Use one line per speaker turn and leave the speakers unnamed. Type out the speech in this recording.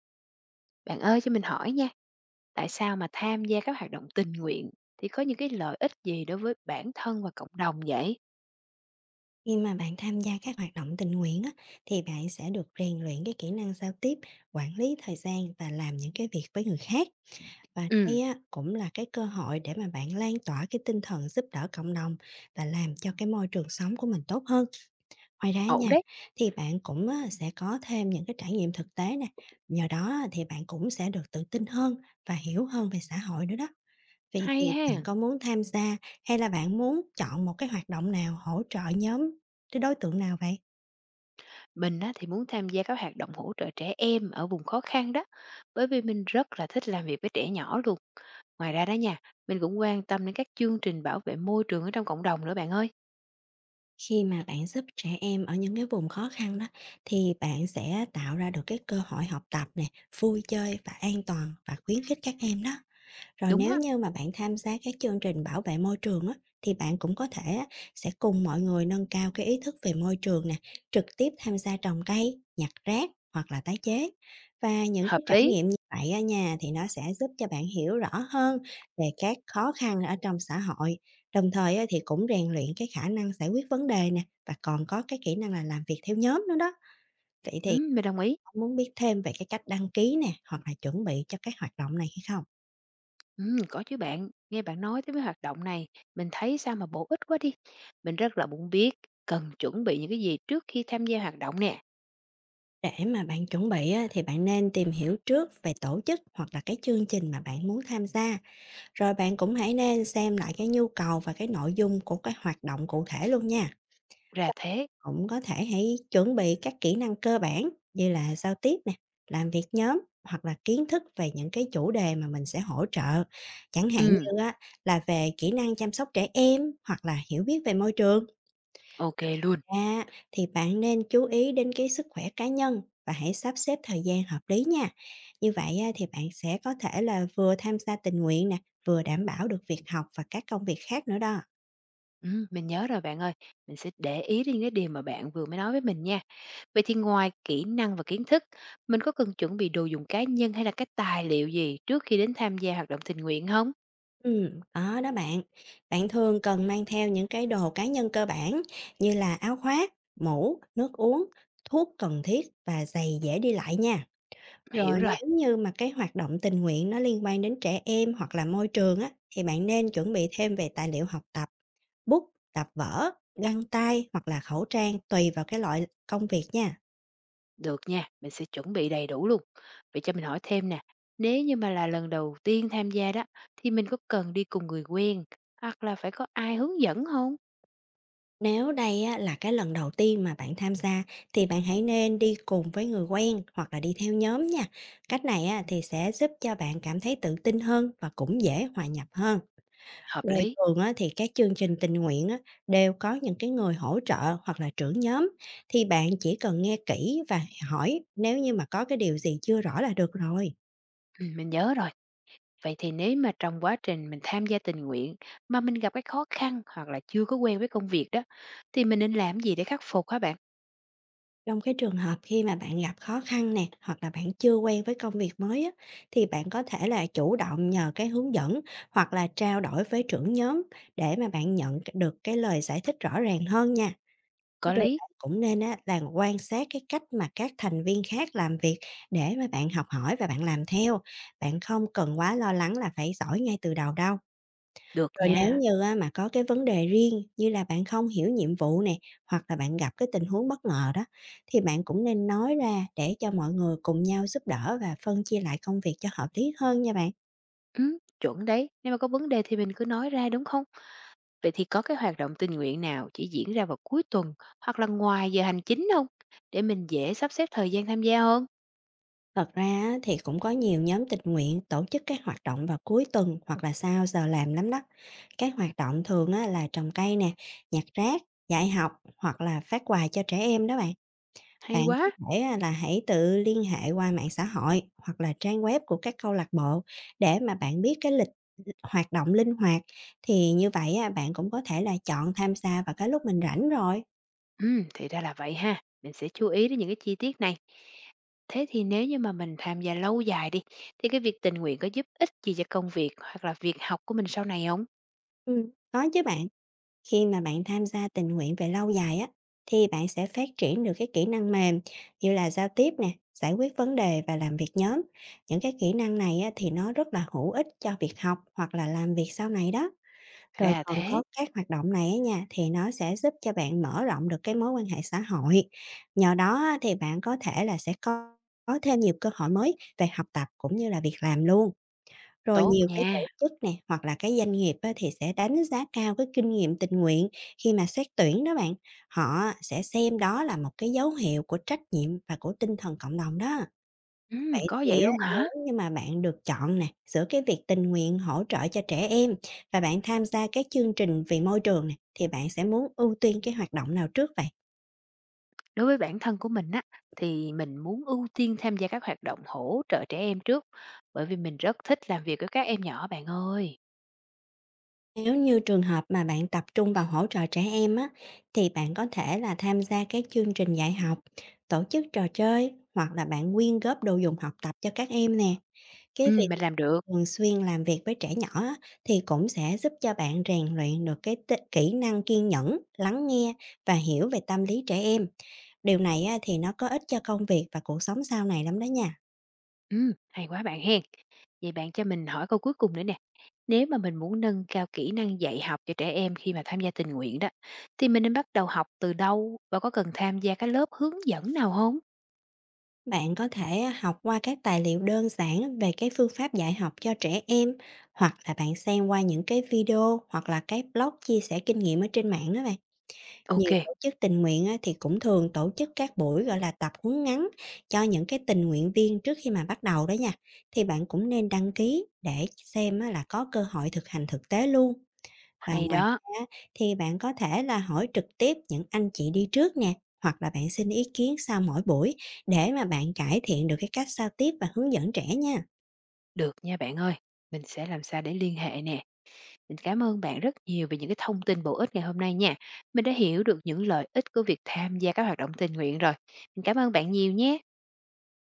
Bạn ơi cho mình hỏi nha, tại sao mà tham gia các hoạt động tình nguyện thì có những cái lợi ích gì đối với bản thân và cộng đồng vậy?
Khi mà bạn tham gia các hoạt động tình nguyện á, thì bạn sẽ được rèn luyện cái kỹ năng giao tiếp, quản lý thời gian và làm những cái việc với người khác. Và
Ừ,
đây á, cũng là cái cơ hội để mà bạn lan tỏa cái tinh thần giúp đỡ cộng đồng và làm cho cái môi trường sống của mình tốt hơn. Ngoài ra
ổn
nha,
đấy,
thì bạn cũng á, sẽ có thêm những cái trải nghiệm thực tế nè. Nhờ đó á, thì bạn cũng sẽ được tự tin hơn và hiểu hơn về xã hội nữa đó. Vậy thì
hay
bạn
ha.
có muốn tham gia hay là bạn muốn chọn một cái hoạt động nào hỗ trợ nhóm cái đối tượng nào vậy?
Mình á, thì muốn tham gia các hoạt động hỗ trợ trẻ em ở vùng khó khăn đó, bởi vì mình rất là thích làm việc với trẻ nhỏ luôn. Ngoài ra đó nha, mình cũng quan tâm đến các chương trình bảo vệ môi trường ở trong cộng đồng nữa bạn ơi.
Khi mà bạn giúp trẻ em ở những cái vùng khó khăn đó thì bạn sẽ tạo ra được cái cơ hội học tập nè, vui chơi và an toàn và khuyến khích các em đó. Rồi
Đúng
nếu
á,
như mà bạn tham gia các chương trình bảo vệ môi trường á, thì bạn cũng có thể á, sẽ cùng mọi người nâng cao cái ý thức về môi trường nè, trực tiếp tham gia trồng cây, nhặt rác hoặc là tái chế. Và những cái
hợp
trải
lý.
nghiệm như vậy á nha thì nó sẽ giúp cho bạn hiểu rõ hơn về các khó khăn ở trong xã hội. Đồng thời á, thì cũng rèn luyện cái khả năng giải quyết vấn đề nè và còn có cái kỹ năng là làm việc theo nhóm nữa đó. Vậy
Ừ,
thì
mình đồng ý.
bạn muốn biết thêm về cái cách đăng ký nè hoặc là chuẩn bị cho các hoạt động này hay không?
Có chứ bạn, nghe bạn nói tới cái hoạt động này, mình thấy sao mà bổ ích quá đi. Mình rất là muốn biết cần chuẩn bị những cái gì trước khi tham gia hoạt động nè.
Để mà bạn chuẩn bị á, thì bạn nên tìm hiểu trước về tổ chức hoặc là cái chương trình mà bạn muốn tham gia. Rồi bạn cũng hãy nên xem lại cái nhu cầu và cái nội dung của cái hoạt động cụ thể luôn nha.
Ra thế.
Cũng có thể hãy chuẩn bị các kỹ năng cơ bản như là giao tiếp nè, làm việc nhóm hoặc là kiến thức về những cái chủ đề mà mình sẽ hỗ trợ. Chẳng hạn
Ừm,
như á, là về kỹ năng chăm sóc trẻ em hoặc là hiểu biết về môi trường.
ok luôn.
À, thì bạn nên chú ý đến cái sức khỏe cá nhân và hãy sắp xếp thời gian hợp lý nha. Như vậy á, thì bạn sẽ có thể là vừa tham gia tình nguyện nè, vừa đảm bảo được việc học và các công việc khác nữa đó.
Mình nhớ rồi bạn ơi, mình sẽ để ý đến những cái điều mà bạn vừa mới nói với mình nha. Vậy thì ngoài kỹ năng và kiến thức, mình có cần chuẩn bị đồ dùng cá nhân hay là cái tài liệu gì trước khi đến tham gia hoạt động tình nguyện không?
Ừ, có đó bạn. Bạn thường cần mang theo những cái đồ cá nhân cơ bản như là áo khoác, mũ, nước uống, thuốc cần thiết và giày dễ đi lại nha.
Hiểu
Rồi
rồi.
nếu như mà cái hoạt động tình nguyện nó liên quan đến trẻ em hoặc là môi trường á, thì bạn nên chuẩn bị thêm về tài liệu học tập bút, tập vở, găng tay hoặc là khẩu trang tùy vào cái loại công việc nha.
Được nha, mình sẽ chuẩn bị đầy đủ luôn. Vậy cho mình hỏi thêm nè, nếu như mà là lần đầu tiên tham gia đó, thì mình có cần đi cùng người quen hoặc là phải có ai hướng dẫn không?
Nếu đây á, là cái lần đầu tiên mà bạn tham gia thì bạn hãy nên đi cùng với người quen hoặc là đi theo nhóm nha. Cách này á, thì sẽ giúp cho bạn cảm thấy tự tin hơn và cũng dễ hòa nhập hơn.
Hợp
Rồi
lý.
thường á, thì các chương trình tình nguyện á, đều có những cái người hỗ trợ hoặc là trưởng nhóm thì bạn chỉ cần nghe kỹ và hỏi nếu như mà có cái điều gì chưa rõ là được rồi.
Ừ, mình nhớ rồi. Vậy thì nếu mà trong quá trình mình tham gia tình nguyện mà mình gặp cái khó khăn hoặc là chưa có quen với công việc đó, thì mình nên làm gì để khắc phục hả bạn?
Trong cái trường hợp khi mà bạn gặp khó khăn nè, hoặc là bạn chưa quen với công việc mới á, thì bạn có thể là chủ động nhờ cái hướng dẫn hoặc là trao đổi với trưởng nhóm để mà bạn nhận được cái lời giải thích rõ ràng hơn nha.
Có
Rồi
lý.
bạn cũng nên á, là quan sát cái cách mà các thành viên khác làm việc để mà bạn học hỏi và bạn làm theo. Bạn không cần quá lo lắng là phải giỏi ngay từ đầu đâu.
Được
Rồi nếu
nha.
như á mà có cái vấn đề riêng như là bạn không hiểu nhiệm vụ nè, hoặc là bạn gặp cái tình huống bất ngờ đó, thì bạn cũng nên nói ra để cho mọi người cùng nhau giúp đỡ và phân chia lại công việc cho hợp lý hơn nha bạn.
Ừ, chuẩn đấy. Nếu mà có vấn đề thì mình cứ nói ra đúng không? Vậy thì có cái hoạt động tình nguyện nào chỉ diễn ra vào cuối tuần hoặc là ngoài giờ hành chính không? Để mình dễ sắp xếp thời gian tham gia hơn.
Thật ra á, thì cũng có nhiều nhóm tình nguyện tổ chức các hoạt động vào cuối tuần hoặc là sau giờ làm lắm đó. Các hoạt động thường á là trồng cây nè, nhặt rác, dạy học hoặc là phát quà cho trẻ em đó bạn.
Hay
Bạn có
quá.
thể, là hãy tự liên hệ qua mạng xã hội hoặc là trang web của các câu lạc bộ để mà bạn biết cái lịch hoạt động linh hoạt, thì như vậy á, bạn cũng có thể là chọn tham gia vào cái lúc mình rảnh rồi.
Ừ, thì ra là vậy ha. Mình sẽ chú ý đến những cái chi tiết này. Thế thì nếu như mà mình tham gia lâu dài đi, thì cái việc tình nguyện có giúp ích gì cho công việc hoặc là việc học của mình sau này không?
Có chứ bạn, khi mà bạn tham gia tình nguyện về lâu dài á, thì bạn sẽ phát triển được cái kỹ năng mềm như là giao tiếp nè, giải quyết vấn đề và làm việc nhóm. Những cái kỹ năng này á, thì nó rất là hữu ích cho việc học hoặc là làm việc sau này đó. Rồi
Ra
còn
thế,
có các hoạt động này á nha, thì nó sẽ giúp cho bạn mở rộng được cái mối quan hệ xã hội. Nhờ đó á, thì bạn có thể là sẽ có thêm nhiều cơ hội mới về học tập cũng như là việc làm luôn. Rồi
tốt
nhiều cái
nha.
tổ chức nè, hoặc là cái doanh nghiệp á, thì sẽ đánh giá cao cái kinh nghiệm tình nguyện khi mà xét tuyển đó bạn. Họ sẽ xem đó là một cái dấu hiệu của trách nhiệm và của tinh thần cộng đồng đó.
Ừ,
Vậy
có
thì
vậy
á,
luôn hả?
nếu như mà bạn được chọn nè, giữa cái việc tình nguyện hỗ trợ cho trẻ em và bạn tham gia các chương trình vì môi trường nè, thì bạn sẽ muốn ưu tiên cái hoạt động nào trước vậy?
Đối với bản thân của mình á, thì mình muốn ưu tiên tham gia các hoạt động hỗ trợ trẻ em trước, bởi vì mình rất thích làm việc với các em nhỏ bạn ơi.
Nếu như trường hợp mà bạn tập trung vào hỗ trợ trẻ em á, thì bạn có thể là tham gia các chương trình dạy học, tổ chức trò chơi hoặc là bạn quyên góp đồ dùng học tập cho các em nè. Cái việc
Mình
mà
làm được.
thường xuyên làm việc với trẻ nhỏ á, thì cũng sẽ giúp cho bạn rèn luyện được cái kỹ năng kiên nhẫn, lắng nghe và hiểu về tâm lý trẻ em. Điều này á, thì nó có ích cho công việc và cuộc sống sau này lắm đó nha.
Hay quá bạn hen. Vậy bạn cho mình hỏi câu cuối cùng nữa nè. Nếu mà mình muốn nâng cao kỹ năng dạy học cho trẻ em khi mà tham gia tình nguyện đó, thì mình nên bắt đầu học từ đâu và có cần tham gia các lớp hướng dẫn nào không?
Bạn có thể học qua các tài liệu đơn giản về cái phương pháp dạy học cho trẻ em, hoặc là bạn xem qua những cái video hoặc là cái blog chia sẻ kinh nghiệm ở trên mạng đó bạn.
Ok,
Nhiều tổ chức tình nguyện á, thì cũng thường tổ chức các buổi gọi là tập huấn ngắn cho những cái tình nguyện viên trước khi mà bắt đầu đó nha. Thì bạn cũng nên đăng ký để xem á, là có cơ hội thực hành thực tế luôn. Và
hay
ngoài
đó.
ra thì bạn có thể là hỏi trực tiếp những anh chị đi trước nè, hoặc là bạn xin ý kiến sau mỗi buổi để mà bạn cải thiện được cái cách giao tiếp và hướng dẫn trẻ nha.
Được nha bạn ơi. Mình sẽ làm sao để liên hệ nè. Mình cảm ơn bạn rất nhiều về những cái thông tin bổ ích ngày hôm nay nha. Mình đã hiểu được những lợi ích của việc tham gia các hoạt động tình nguyện rồi. Mình cảm ơn bạn nhiều nhé.